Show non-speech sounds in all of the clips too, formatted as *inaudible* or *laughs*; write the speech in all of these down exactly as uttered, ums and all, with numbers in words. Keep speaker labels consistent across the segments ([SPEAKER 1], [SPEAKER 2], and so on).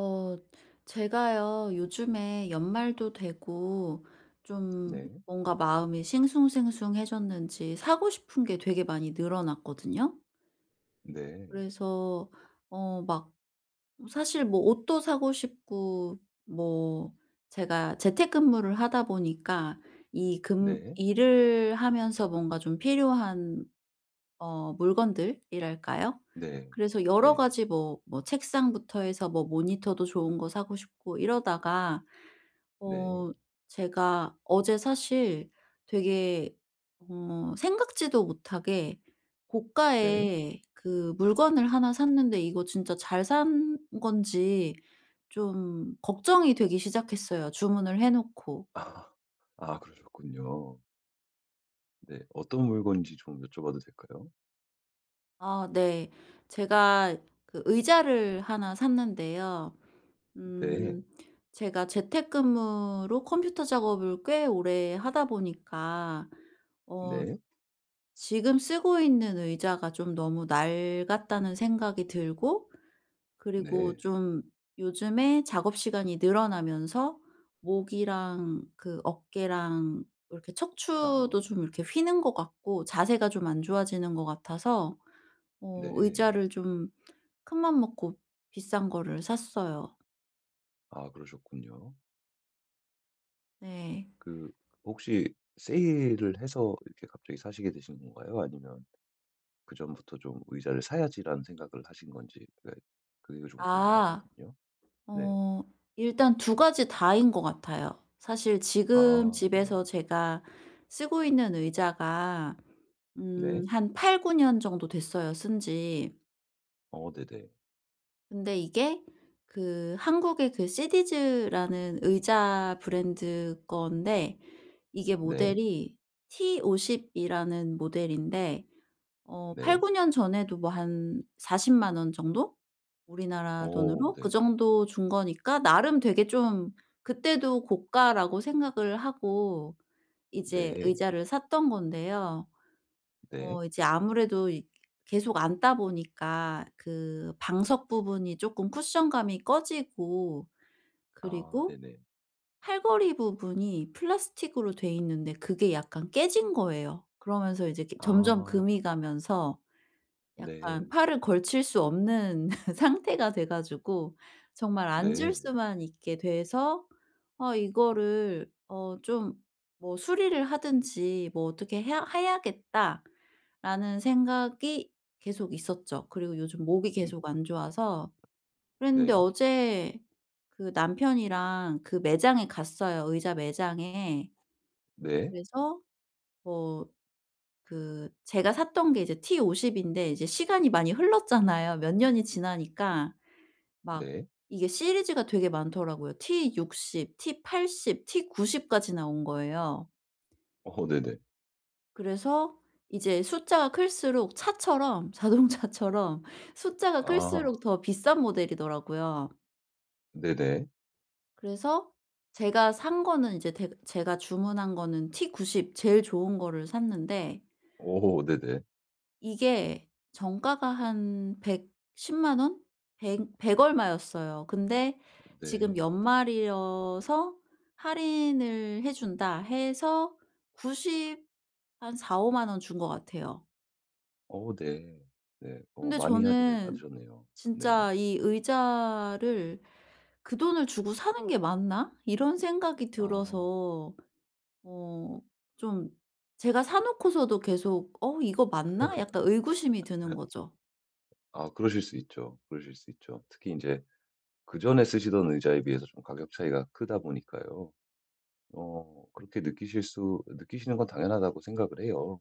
[SPEAKER 1] 어, 제가요, 요즘에 연말도 되고, 좀
[SPEAKER 2] 네.
[SPEAKER 1] 뭔가 마음이 싱숭생숭해졌는지 사고 싶은 게 되게 많이 늘어났거든요.
[SPEAKER 2] 네.
[SPEAKER 1] 그래서 어, 막, 사실 뭐 옷도 사고 싶고, 뭐, 제가 재택근무를 하다 보니까 이 금,
[SPEAKER 2] 네.
[SPEAKER 1] 일을 하면서 뭔가 좀 필요한, 어, 물건들이랄까요?
[SPEAKER 2] 네.
[SPEAKER 1] 그래서 여러
[SPEAKER 2] 네.
[SPEAKER 1] 가지 뭐, 뭐 책상부터 해서 뭐 모니터도 좋은 거 사고 싶고 이러다가
[SPEAKER 2] 네.
[SPEAKER 1] 어 제가 어제 사실 되게 어 생각지도 못하게
[SPEAKER 2] 네.
[SPEAKER 1] 고가의 그 물건을 하나 샀는데 이거 진짜 잘 산 건지 좀 걱정이 되기 시작했어요, 주문을 해 놓고.
[SPEAKER 2] 아. 아 그러셨군요. 네. 어떤 물건인지 좀 여쭤봐도 될까요?
[SPEAKER 1] 아, 네. 제가 그 의자를 하나 샀는데요.
[SPEAKER 2] 네.
[SPEAKER 1] 음 제가 재택근무로 컴퓨터 작업을 꽤 오래 하다 보니까 어
[SPEAKER 2] 네.
[SPEAKER 1] 지금 쓰고 있는 의자가 좀 너무 낡았다는 생각이 들고, 그리고
[SPEAKER 2] 네.
[SPEAKER 1] 좀 요즘에 작업 시간이 늘어나면서 목이랑 그 어깨랑 이렇게
[SPEAKER 2] 아.
[SPEAKER 1] 척추도 좀 이렇게 휘는 것 같고 자세가 좀 안 좋아지는 것 같아서 어
[SPEAKER 2] 네.
[SPEAKER 1] 의자를 좀 큰 맘 먹고 비싼 거를 샀어요.
[SPEAKER 2] 아 그러셨군요.
[SPEAKER 1] 네.
[SPEAKER 2] 그 혹시 세일을 해서 이렇게 갑자기 사시게 되신 건가요? 아니면 그전부터 좀 '의자를 사야지.'라는 생각을 하신 건지 그게 그게 좀
[SPEAKER 1] 아.
[SPEAKER 2] 궁금하거든요. 네.
[SPEAKER 1] 어 일단 두 가지 다인 것 같아요. 사실 지금
[SPEAKER 2] 아 네.
[SPEAKER 1] 집에서 제가 쓰고 있는 의자가 음
[SPEAKER 2] 네.
[SPEAKER 1] 한 팔 구 년 정도 됐어요, 쓴 지.
[SPEAKER 2] 어 네네.
[SPEAKER 1] 근데 이게 그 한국의 그 시디즈라는 의자 브랜드 건데 이게
[SPEAKER 2] 네.
[SPEAKER 1] 모델이 티 오십 이라는 모델인데, 어
[SPEAKER 2] 네.
[SPEAKER 1] 팔 구 년 전에도 뭐 한 사 영만 원 정도? 우리나라
[SPEAKER 2] 오.
[SPEAKER 1] 돈으로 그
[SPEAKER 2] 네.
[SPEAKER 1] 정도 준 거니까 나름 되게 좀 그때도 고가라고 생각을 하고 이제
[SPEAKER 2] 네.
[SPEAKER 1] 의자를 샀던 건데요.
[SPEAKER 2] 네.
[SPEAKER 1] 어 이제 아무래도 이 계속 앉다 보니까 그 방석 부분이 쪼끔 쿠션감이 꺼지고,
[SPEAKER 2] 아
[SPEAKER 1] 그리고
[SPEAKER 2] 네네.
[SPEAKER 1] 팔걸이 부분이 플라스틱으로 돼 있는데 그게 약간 깨진 거예요. 그러면서 이제 이렇게 점점
[SPEAKER 2] 아
[SPEAKER 1] 금이 가면서
[SPEAKER 2] 네.
[SPEAKER 1] 약간 팔을 걸칠 수 없는 *laughs* 상태가 돼 가지고 정말 앉을
[SPEAKER 2] 네.
[SPEAKER 1] 수만 있게 돼서, 아 이거를 어 좀 뭐 '수리를 하든지 뭐 어떻게 해야 해야겠다.'라는 생각이 계속 있었죠. 그리고 요즘 목이
[SPEAKER 2] 음
[SPEAKER 1] 계속 안 좋아서 그랬는데,
[SPEAKER 2] 네.
[SPEAKER 1] 어제 그 남편이랑 그 매장에 갔어요, 의자 매장에.
[SPEAKER 2] 네.
[SPEAKER 1] 그래서 뭐 그 제가 샀던 게 이제 티 오십 인데 이제 시간이 많이 흘렀잖아요. 몇 년이 지나니까 막
[SPEAKER 2] 네.
[SPEAKER 1] 이게 시리즈가 되게 많더라고요. 티 육십, 티 팔십, 티 구십 까지 나온 거예요.
[SPEAKER 2] 어 네네.
[SPEAKER 1] 그래서 이제 숫자가 클수록 차처럼 자동차처럼 *laughs* 숫자가
[SPEAKER 2] 아
[SPEAKER 1] 클수록 더 비싼 모델이더라고요.
[SPEAKER 2] 네네.
[SPEAKER 1] 그래서 제가 산 거는 이제 대 제가 주문한 거는 티 구십 제일 좋은 거를 샀는데,
[SPEAKER 2] 오 네네.
[SPEAKER 1] 이게 정가가 한 일 일 영 원? 백 얼마였어요. 근데 지금
[SPEAKER 2] 네.
[SPEAKER 1] 연말이어서 할인을 해 준다 해서 구십 한 사 오만 원 준 것 같아요.
[SPEAKER 2] 어 네. 네. 어
[SPEAKER 1] 근데
[SPEAKER 2] 많이 할인을
[SPEAKER 1] 저는
[SPEAKER 2] 받으셨네요. 네.
[SPEAKER 1] 진짜 이 의자를 '그 돈을 주고 사는 게 맞나?' 이런 생각이
[SPEAKER 2] 아.
[SPEAKER 1] 들어서 어 좀 제가 사 놓고서도 계속 '어 이거 맞나?' 약간 의구심이 드는
[SPEAKER 2] *laughs*
[SPEAKER 1] 거죠.
[SPEAKER 2] 아 그러실 수 있죠. 그러실 수 있죠. 특히 이제 그전에 쓰시던 의자에 비해서 좀 가격 차이가 크다 보니까요. 어 그렇게 느끼실 수 느끼시는 건 당연하다고 생각을 해요.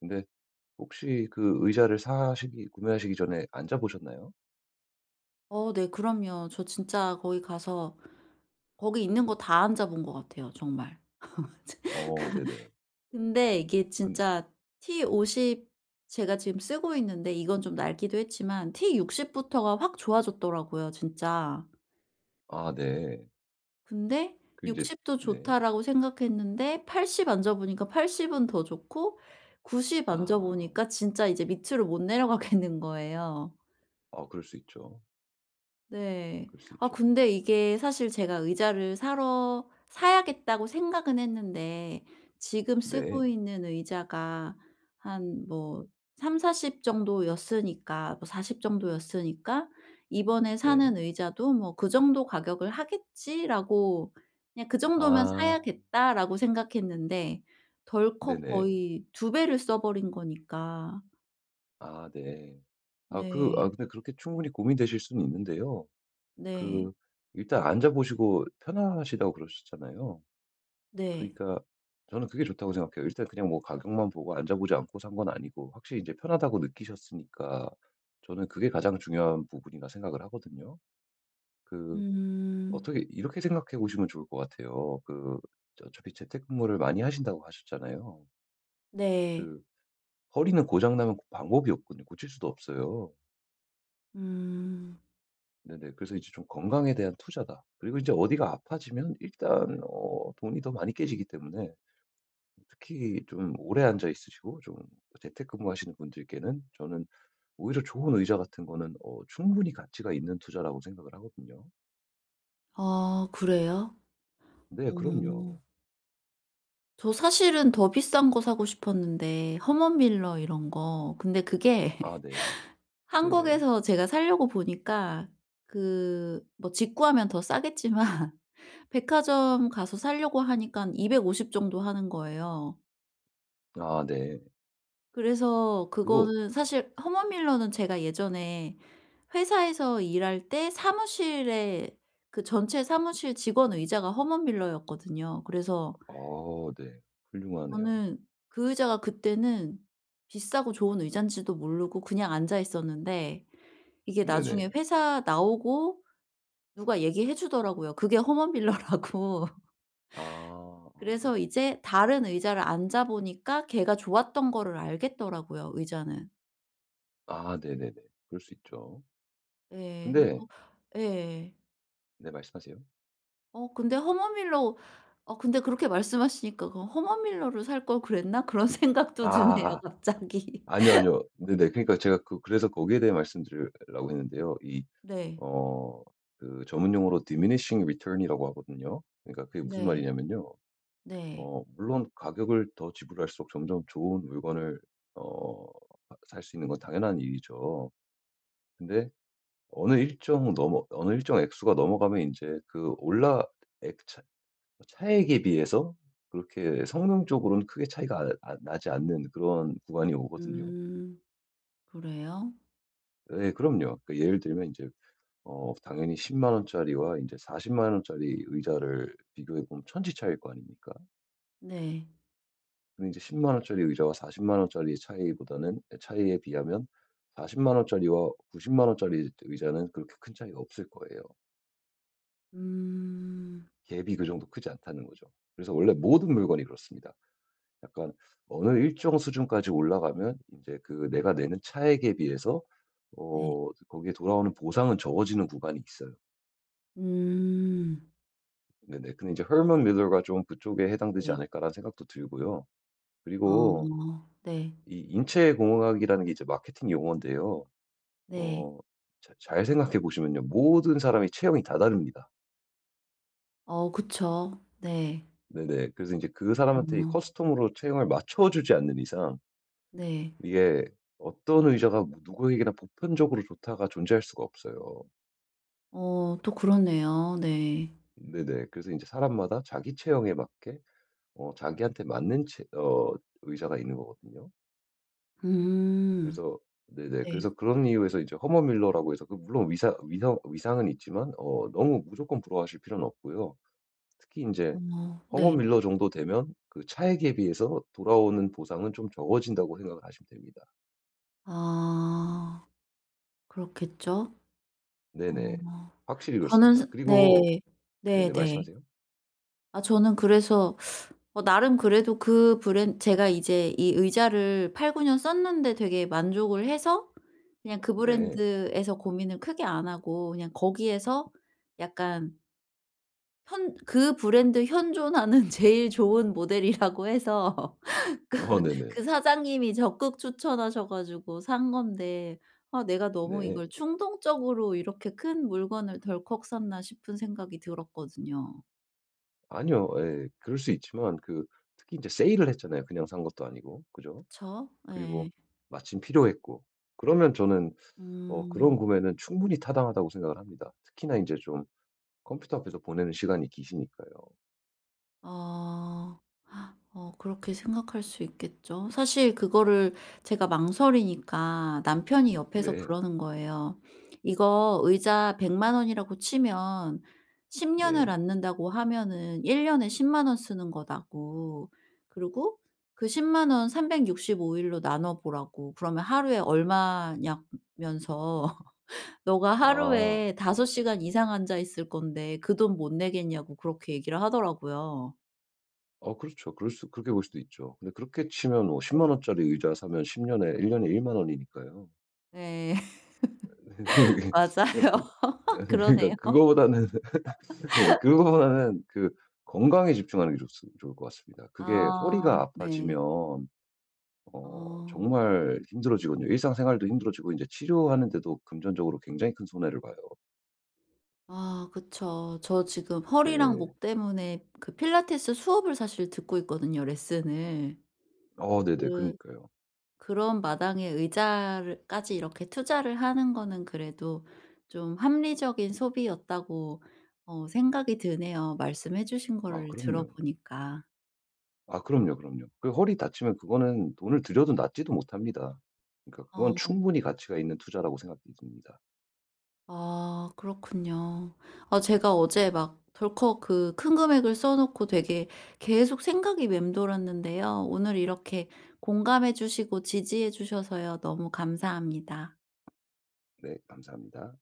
[SPEAKER 2] 근데 혹시 그 의자를 사시기 구매하시기 전에 앉아 보셨나요?
[SPEAKER 1] 어, 네. 그럼요. 저 진짜 거기 가서 거기 있는 거 다 앉아 본 것 같아요, 정말.
[SPEAKER 2] 어 네네.
[SPEAKER 1] 근데 이게
[SPEAKER 2] 근
[SPEAKER 1] 진짜 티 오십 제가 지금 쓰고 있는데 이건 좀 낡기도 했지만 티 육십 부터가 확 좋아졌더라고요, 진짜.
[SPEAKER 2] 아 네.
[SPEAKER 1] 근데
[SPEAKER 2] 그 이제
[SPEAKER 1] 육십도
[SPEAKER 2] 네.
[SPEAKER 1] 좋다라고 생각했는데 팔십 앉아 보니까 팔십은 더 좋고 구십 앉아
[SPEAKER 2] 아.
[SPEAKER 1] 보니까 진짜 이제 밑으로 못 내려가겠는 *laughs* 거예요.
[SPEAKER 2] 아 그럴 수 있죠.
[SPEAKER 1] 네.
[SPEAKER 2] 그럴 수
[SPEAKER 1] 아
[SPEAKER 2] 있죠.
[SPEAKER 1] 근데 이게 사실 제가 의자를 사러 사야겠다고 생각은 했는데, 지금
[SPEAKER 2] 네.
[SPEAKER 1] 쓰고 있는 의자가 한 뭐삼사4 영 정도였으니까, 뭐 사십 정도였으니까 '이번에
[SPEAKER 2] 네.
[SPEAKER 1] 사는 의자도 뭐 그 정도 가격을 하겠지.'라고 그냥 '그 정도면
[SPEAKER 2] 아
[SPEAKER 1] 사야겠다.'라고 생각했는데 덜컥
[SPEAKER 2] 네네.
[SPEAKER 1] 거의 두 배를 써 버린 거니까.
[SPEAKER 2] 아 네. 아 그 아
[SPEAKER 1] 네.
[SPEAKER 2] 근데 그렇게 충분히 고민되실 수는 있는데요.
[SPEAKER 1] 네.
[SPEAKER 2] 그 일단 앉아 보시고 편하시다고 그러셨잖아요.
[SPEAKER 1] 네.
[SPEAKER 2] 그러니까 저는 그게 좋다고 생각해요. 일단 그냥 뭐 가격만 보고 앉아보지 않고 산 건 아니고 확실히 이제 편하다고 느끼셨으니까 저는 그게 가장 중요한 부분이라 생각을 하거든요. 그
[SPEAKER 1] 음.
[SPEAKER 2] 어떻게 이렇게 생각해 보시면 좋을 것 같아요. 그 어차피 재택근무를 많이 하신다고 하셨잖아요.
[SPEAKER 1] 네.
[SPEAKER 2] 그 허리는 고장 나면 그 방법이 없거든요. 고칠 수도 없어요.
[SPEAKER 1] 음.
[SPEAKER 2] 네네. 그래서 이제 좀 건강에 대한 투자다. 그리고 이제 어디가 아파지면 일단 어 돈이 더 많이 깨지기 때문에 특히 좀 오래 앉아 있으시고 좀 재택근무하시는 분들께는 저는 오히려 좋은 의자 같은 거는 어 충분히 가치가 있는 투자라고 생각을 하거든요.
[SPEAKER 1] 아 그래요?
[SPEAKER 2] 네 그럼요.
[SPEAKER 1] 어. 저 사실은 더 비싼 거 사고 싶었는데, 허먼 밀러 이런 거. 근데 그게
[SPEAKER 2] 아 네.
[SPEAKER 1] *laughs*
[SPEAKER 2] 네네.
[SPEAKER 1] 한국에서 제가 사려고 보니까 그 뭐 직구하면 더 싸겠지만 *laughs* 백화점 가서 사려고 하니깐 이백오십 정도 하는 거예요.
[SPEAKER 2] 아 네.
[SPEAKER 1] 그래서
[SPEAKER 2] 그거
[SPEAKER 1] 그거는 사실 허먼 밀러는 제가 예전에 회사에서 일할 때 사무실에 그 전체 사무실 직원 의자가 허먼 밀러였거든요. 그래서
[SPEAKER 2] 어 네. 훌륭하네요.
[SPEAKER 1] 저는 그 의자가 그때는 비싸고 좋은 의자인지도 모르고 그냥 앉아 있었는데, 이게
[SPEAKER 2] 네네.
[SPEAKER 1] 나중에 회사 나오고 누가 얘기해 주더라고요, 그게 허먼빌러라고. *laughs*
[SPEAKER 2] 아. 아 네.
[SPEAKER 1] 그래서 이제 다른 의자를 앉아 보니까 걔가 좋았던 거를 알겠더라고요, 의자는.
[SPEAKER 2] 아 네네네. 그럴 수 있죠.
[SPEAKER 1] 예. 그래서
[SPEAKER 2] 근데
[SPEAKER 1] 예.
[SPEAKER 2] 네 말씀하세요.
[SPEAKER 1] 어 근데 허먼밀러 어 근데 그렇게 말씀하시니까 '그 허먼밀러를 살 걸 그랬나?' 그런 *laughs* 생각도 드네요,
[SPEAKER 2] 아아아.
[SPEAKER 1] 갑자기.
[SPEAKER 2] 아니요,
[SPEAKER 1] *laughs*
[SPEAKER 2] 아니요. 네네. 그러니까 제가 그 그래서 거기에 대해 말씀드리려고 했는데요. 이
[SPEAKER 1] 네.
[SPEAKER 2] 어 그 전문 용어로 diminishing return이라고 하거든요. 그러니까 그게 무슨
[SPEAKER 1] 네.
[SPEAKER 2] 말이냐면요.
[SPEAKER 1] 네.
[SPEAKER 2] 어 물론 가격을 더 지불할수록 점점 좋은 물건을 어 살 수 있는 건 당연한 일이죠. 근데 어느 일정 넘어 어느 일정 액수가 넘어가면 이제 그 올라 액 차 차액에 비해서 그렇게 성능적으로는 크게 차이가 아 아- 나지 않는 그런 구간이 오거든요.
[SPEAKER 1] 음. 그래요?
[SPEAKER 2] 예 그럼요. 그러니까 예를 들면 이제 어 당연히 십만 원짜리와 이제4 0만 원짜리 의자를 비교해 보면 천지 차이일 거 아닙니까?
[SPEAKER 1] 네.
[SPEAKER 2] 근데 이제1 0만 원짜리 의자와 사십만 원짜리의 차이보다는 에 차이에 비하면 사십만 원짜리와 구십만 원짜리 의자는 그렇게 큰 차이가 없을 거예요.
[SPEAKER 1] 음.
[SPEAKER 2] 갭이 그 정도 크지 않다는 거죠. 그래서 원래 모든 물건이 그렇습니다. 약간 어느 일정
[SPEAKER 1] 네.
[SPEAKER 2] 수준까지 올라가면 이제 그 내가 내는 차액에 비해서
[SPEAKER 1] 네.
[SPEAKER 2] 어 거기에 돌아오는 보상은 적어지는 구간이 있어요.
[SPEAKER 1] 음.
[SPEAKER 2] 네네. 근데 이제 허먼 밀러가 좀 그쪽에 해당되지
[SPEAKER 1] 네.
[SPEAKER 2] 않을까.'라는 생각도 들고요.
[SPEAKER 1] 어,
[SPEAKER 2] 그리고
[SPEAKER 1] 네.
[SPEAKER 2] 이 인체공학이라는 게 이제 마케팅 용어인데요.
[SPEAKER 1] 네.
[SPEAKER 2] 어 자 잘 생각해 보시면요. 모든 사람이 체형이 다 다릅니다.
[SPEAKER 1] 어 그쵸. 네.
[SPEAKER 2] 네네. 그래서 이제 그 사람한테 이
[SPEAKER 1] 어,
[SPEAKER 2] 커스텀으로 체형을 맞춰 주지 않는 이상
[SPEAKER 1] 네.
[SPEAKER 2] 이게 어떤 의자가 뭐 누구에게나 보편적으로 좋다가 존재할 수가 없어요.
[SPEAKER 1] 어 또 그러네요. 네.
[SPEAKER 2] 네네. 그래서 이제 사람마다 자기 체형에 맞게 어 자기한테 맞는 체 어 의자가 있는 거거든요.
[SPEAKER 1] 음.
[SPEAKER 2] 그래서 네네.
[SPEAKER 1] 네.
[SPEAKER 2] 그래서 그런 이유에서 이제 허머 밀러라고 해서 그 물론 위상 위상 위상은 있지만 어 너무 무조건 부러워하실 필요는 없고요. 특히 인제
[SPEAKER 1] 어,
[SPEAKER 2] 허머
[SPEAKER 1] 네.
[SPEAKER 2] 밀러 정도 되면 그 차액에 비해서 돌아오는 보상은 좀 적어진다고 생각을 하시면 됩니다.
[SPEAKER 1] 아 그렇겠죠? 어
[SPEAKER 2] 네네. 확실히
[SPEAKER 1] 저는
[SPEAKER 2] 그렇습니다.
[SPEAKER 1] 스
[SPEAKER 2] 그리고
[SPEAKER 1] 네.
[SPEAKER 2] 네네
[SPEAKER 1] 네네.
[SPEAKER 2] 말씀하세요.
[SPEAKER 1] 아 저는 그래서 어 나름 그래도 그 브랜 제가 이제 이 의자를 팔 구 년 썼는데 되게 만족을 해서 그냥 그
[SPEAKER 2] 네.
[SPEAKER 1] 브랜드에서 고민을 크게 안 하고 그냥 거기에서 약간 현 그 브랜드 현존하는 *laughs* 제일 좋은 모델이라고 해서 그
[SPEAKER 2] 어 네네.
[SPEAKER 1] 그 사장님이 적극 추천하셔 가지고 산 건데, 아 내가 너무
[SPEAKER 2] 네.
[SPEAKER 1] 이걸 충동적으로 이렇게 큰 물건을 덜컥 샀나 싶은 생각이 들었거든요.
[SPEAKER 2] 아니요. 예. 그럴 수 있지만 그 특히 인제 세일을 했잖아요. 그냥 산 것도 아니고. 그죠?
[SPEAKER 1] 그쵸?
[SPEAKER 2] 그리고
[SPEAKER 1] 예.
[SPEAKER 2] 마침 필요했고. 그러면 저는 어
[SPEAKER 1] 음.
[SPEAKER 2] 그런 구매는 충분히 타당하다고 생각을 합니다. 특히나 이제 좀 컴퓨터 앞에서 보내는 시간이 기시니까요.
[SPEAKER 1] 아. 어 그렇게 생각할 수 있겠죠. 사실 그거를 제가 망설이니까 남편이 옆에서
[SPEAKER 2] 네.
[SPEAKER 1] 그러는 거예요. "이거 의자 일 영 영 원이라고 치면 십 년을
[SPEAKER 2] 네.
[SPEAKER 1] 앉는다고 하면은 일 년에 일 영 원 쓰는 거다."고. 그리고 "그 일 영 원 삼백육 원삼백육십오 일로 나눠 보라."고. "그러면 하루에 얼마냐."면서 "너가
[SPEAKER 2] 아.
[SPEAKER 1] 하루에 다섯 시간 이상 앉아 있을 건데 그 돈 못 내겠냐."고 그렇게 얘기를 하더라고요.
[SPEAKER 2] 어 그렇죠. 그럴 수 그렇게 볼 수도 있죠. 근데 그렇게 치면 뭐 십만
[SPEAKER 1] 네.
[SPEAKER 2] 원짜리 의자 사면 십 년에 일 년에 만 원이니까요.
[SPEAKER 1] 네. *laughs*
[SPEAKER 2] *laughs* 그러니까 그
[SPEAKER 1] 맞아요. *laughs*
[SPEAKER 2] *laughs*
[SPEAKER 1] 그러네요.
[SPEAKER 2] 그러니까 그거보다는 *laughs* 예 그거보다는 그 건강에 집중하는 게 좋 좋을 것 같습니다. 그게
[SPEAKER 1] 아
[SPEAKER 2] 허리가
[SPEAKER 1] 네.
[SPEAKER 2] 아파지면 어
[SPEAKER 1] 어.
[SPEAKER 2] 정말 힘들어지거든요. 일상생활도 힘들어지고 이제 치료하는 데도 금전적으로 굉장히 큰 손해를 봐요.
[SPEAKER 1] 아 그쵸. 저 지금 허리랑
[SPEAKER 2] 네.
[SPEAKER 1] 목 때문에 그 필라테스 수업을 사실 듣고 있거든요, 레슨을.
[SPEAKER 2] 어 네네.
[SPEAKER 1] 그
[SPEAKER 2] 그러니까요.
[SPEAKER 1] 그런 마당에 의자 까지 이렇게 투자를 하는 거는 그래도 좀 합리적인 소비였다고 어 생각이 드네요, 말씀해 주신
[SPEAKER 2] 아
[SPEAKER 1] 거를
[SPEAKER 2] 그럼요.
[SPEAKER 1] 들어보니까.
[SPEAKER 2] 아 그럼요, 그럼요. 그 허리 다치면 그거는 돈을 들여도 낫지도 못합니다. 그러니까
[SPEAKER 1] 아.
[SPEAKER 2] 그건 충분히 가치가 있는 투자라고 생각이 듭니다.
[SPEAKER 1] 아 그렇군요. 아 제가 어제 막 덜컥 그 큰 금액을 써 놓고 되게 계속 생각이 맴돌았는데요. 오늘 이렇게 공감해 주시고 지지해 주셔서요 너무 감사합니다.
[SPEAKER 2] 네 감사합니다.